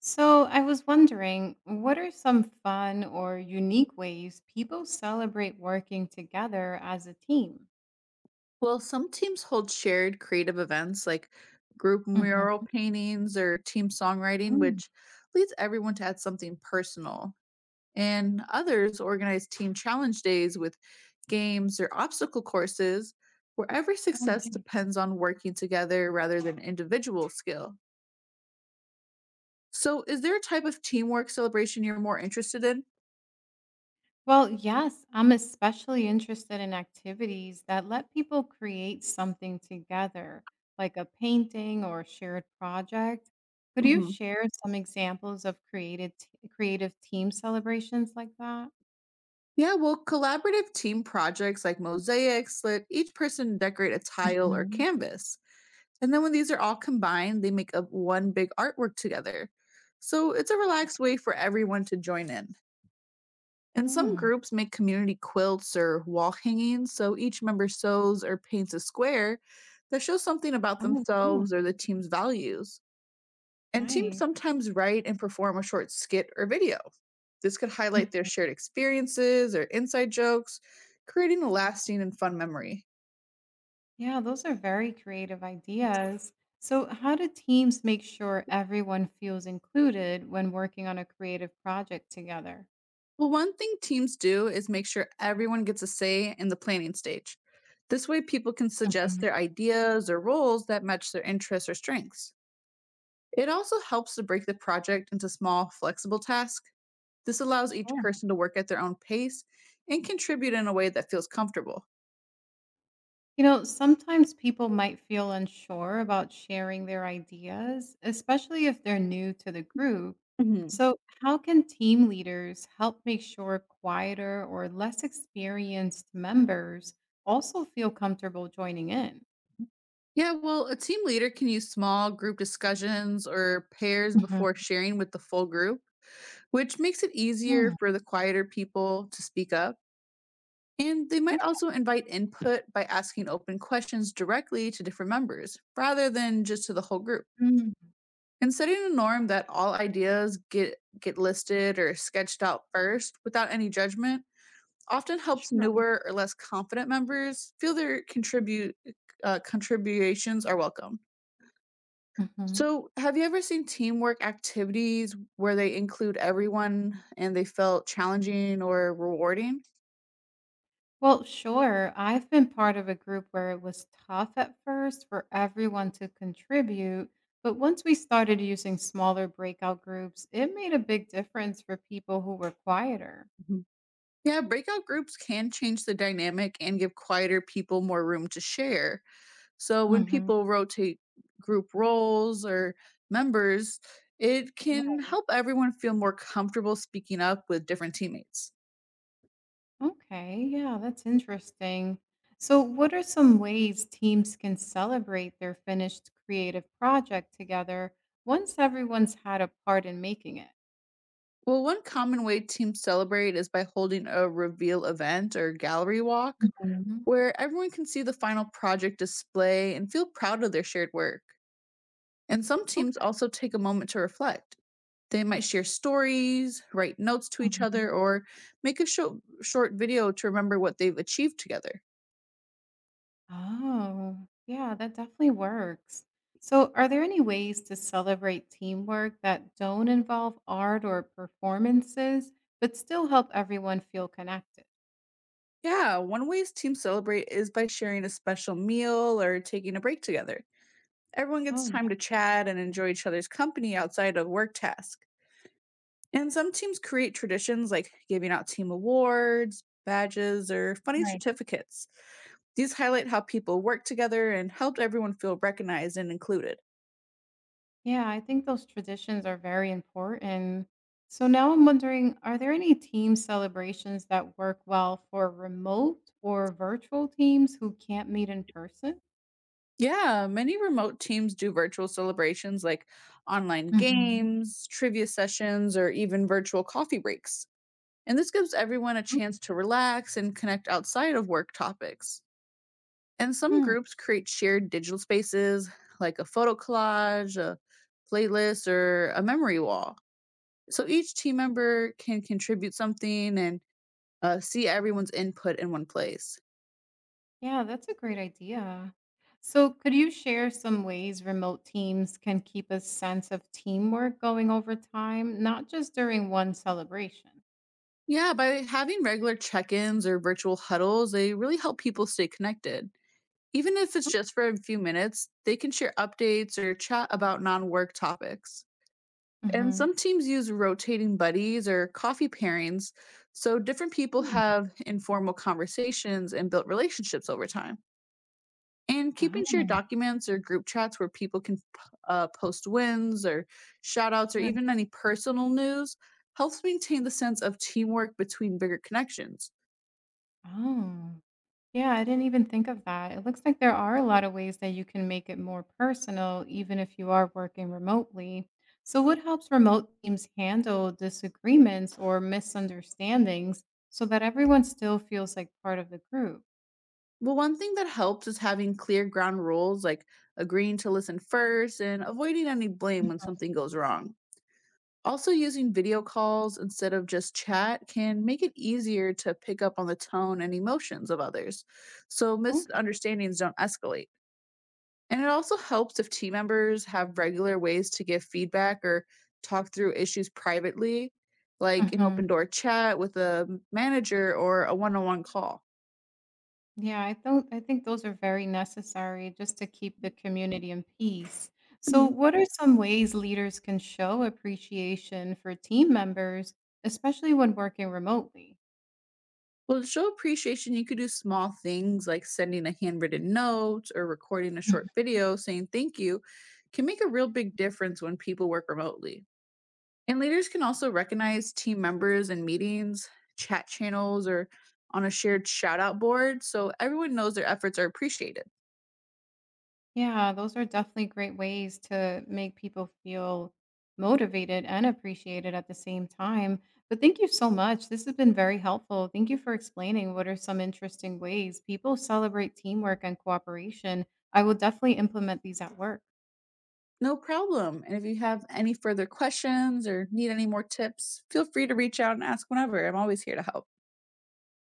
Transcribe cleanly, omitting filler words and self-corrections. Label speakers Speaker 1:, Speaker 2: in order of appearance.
Speaker 1: So, I was wondering, what are some fun or unique ways people celebrate working together as a team?
Speaker 2: Well, some teams hold shared creative events like group
Speaker 1: Mhm.
Speaker 2: mural paintings or team songwriting,
Speaker 1: Mm.
Speaker 2: which leads everyone to add something personal. And others organize team challenge days with games or obstacle courses where every
Speaker 1: Oh,
Speaker 2: success
Speaker 1: nice.
Speaker 2: depends on working together rather than individual skill. So, is there a type of teamwork celebration you're more interested in?
Speaker 1: Well, yes, I'm especially interested in activities that let people create something together, like a painting or shared project. Could you
Speaker 2: hmm
Speaker 1: share some examples of creative team celebrations like that?
Speaker 2: Yeah, well, collaborative team projects like mosaics let each person decorate a tile or
Speaker 1: Mhm.
Speaker 2: canvas. And then when these are all combined, they make up one big artwork together. So it's a relaxed way for everyone to join in. And some
Speaker 1: Mm.
Speaker 2: groups make community quilts or wall hangings, so each member sews or paints a square that shows something about
Speaker 1: Oh,
Speaker 2: themselves or
Speaker 1: really?
Speaker 2: the team's values. And teams
Speaker 1: Nice.
Speaker 2: sometimes write and perform a short skit or video. This could highlight their shared experiences or inside jokes, creating a lasting and fun memory.
Speaker 1: Yeah, those are very creative ideas. So, how do teams make sure everyone feels included when working on a creative project together?
Speaker 2: Well, one thing teams do is make sure everyone gets a say in the planning stage. This way, people can suggest their
Speaker 1: Mhm.
Speaker 2: ideas or roles that match their interests or strengths. It also helps to break the project into small, flexible tasks. This allows each
Speaker 1: Sure.
Speaker 2: person to work at their own pace and contribute in a way that feels comfortable.
Speaker 1: You know, sometimes people might feel unsure about sharing their ideas, especially if they're new to the group.
Speaker 2: Mhm.
Speaker 1: So, how can team leaders help make sure quieter or less experienced members also feel comfortable joining in?
Speaker 2: Yeah, well, a team leader can use small group discussions or pairs
Speaker 1: Mhm.
Speaker 2: before sharing with the full group, which makes it easier
Speaker 1: Mm.
Speaker 2: for the quieter people to speak up. And they
Speaker 1: Oh.
Speaker 2: might also invite input by asking open questions directly to different members rather than just to the whole group.
Speaker 1: Mm.
Speaker 2: And setting a norm that all ideas get listed or sketched out first without any judgment often helps
Speaker 1: Sure.
Speaker 2: newer or less confident members feel their contribute contributions are welcome.
Speaker 1: Mhm.
Speaker 2: So, have you ever seen teamwork activities where they include everyone and they felt challenging or rewarding?
Speaker 1: Well, sure. I've been part of a group where it was tough at first for everyone to contribute. But once we started using smaller breakout groups, it made a big difference for people who were quieter.
Speaker 2: Mhm. Yeah, breakout groups can change the dynamic and give quieter people more room to share. So when
Speaker 1: Hmm.
Speaker 2: people rotate group roles or members, it can
Speaker 1: Right.
Speaker 2: help everyone feel more comfortable speaking up with different teammates.
Speaker 1: Okay. Yeah, that's interesting. So, what are some ways teams can celebrate their finished creative project together once everyone's had a part in making it?
Speaker 2: Well, one common way teams celebrate is by holding a reveal event or gallery walk
Speaker 1: Mhm.
Speaker 2: where everyone can see the final project display and feel proud of their shared work. And some teams also take a moment to reflect. They might share stories, write notes to each
Speaker 1: Okay.
Speaker 2: other, or make a short video to remember what they've achieved together.
Speaker 1: Oh, yeah, that definitely works. So, are there any ways to celebrate teamwork that don't involve art or performances, but still help everyone feel connected?
Speaker 2: Yeah, one way teams celebrate is by sharing a special meal or taking a break together. Everyone gets
Speaker 1: Oh,
Speaker 2: time to
Speaker 1: nice.
Speaker 2: chat and enjoy each other's company outside of work tasks. And some teams create traditions like giving out team awards, badges, or funny
Speaker 1: Right.
Speaker 2: certificates. These highlight how people work together and help everyone feel recognized and included.
Speaker 1: Yeah, I think those traditions are very important. So, now I'm wondering, are there any team celebrations that work well for remote or virtual teams who can't meet in person?
Speaker 2: Yeah, many remote teams do virtual celebrations like online
Speaker 1: Mhm.
Speaker 2: games, trivia sessions, or even virtual coffee breaks. And this gives everyone a chance to relax and connect outside of work topics. And some
Speaker 1: Hmm.
Speaker 2: groups create shared digital spaces like a photo collage, a playlist, or a memory wall. So each team member can contribute something and see everyone's input in one place.
Speaker 1: Yeah, that's a great idea. So, could you share some ways remote teams can keep a sense of teamwork going over time, not just during one celebration?
Speaker 2: Yeah, by having regular check ins or virtual huddles, they really help people stay connected. Even if it's just for a few minutes, they can share updates or chat about non work topics. And
Speaker 1: Hmm.
Speaker 2: some teams use rotating buddies or coffee pairings, so different people
Speaker 1: Hmm.
Speaker 2: have informal conversations and built relationships over time. And keeping shared
Speaker 1: Oh.
Speaker 2: documents or group chats where people can post wins or shout outs or
Speaker 1: Right.
Speaker 2: even any personal news helps maintain the sense of teamwork between bigger connections.
Speaker 1: Oh, yeah, I didn't even think of that. It looks like there are a lot of ways that you can make it more personal, even if you are working remotely. So, what helps remote teams handle disagreements or misunderstandings so that everyone still feels like part of the group?
Speaker 2: Well, one thing that helps is having clear ground rules like agreeing to listen first and avoiding any blame when something goes wrong. Also, using video calls instead of just chat can make it easier to pick up on the tone and emotions of others, so
Speaker 1: Mhm.
Speaker 2: misunderstandings don't escalate. And it also helps if team members have regular ways to give feedback or talk through issues privately, like an
Speaker 1: Mhm.
Speaker 2: open door chat with a manager or a one on one call.
Speaker 1: Yeah, I don't I think those are very necessary just to keep the community in peace. So,
Speaker 2: Mhm.
Speaker 1: what are some ways leaders can show appreciation for team members, especially when working remotely?
Speaker 2: Well, to show appreciation, you could do small things like sending a handwritten note or recording a
Speaker 1: Mhm.
Speaker 2: short video saying thank you can make a real big difference when people work remotely. And leaders can also recognize team members in meetings, chat channels, or on a shared shout out board so everyone knows their efforts are appreciated.
Speaker 1: Yeah, those are definitely great ways to make people feel motivated and appreciated at the same time. But thank you so much. This has been very helpful. Thank you for explaining what are some interesting ways people celebrate teamwork and cooperation. I will definitely implement these at work.
Speaker 2: No problem. And if you have any further questions or need any more tips, feel free to reach out and ask whenever. I'm always here to help.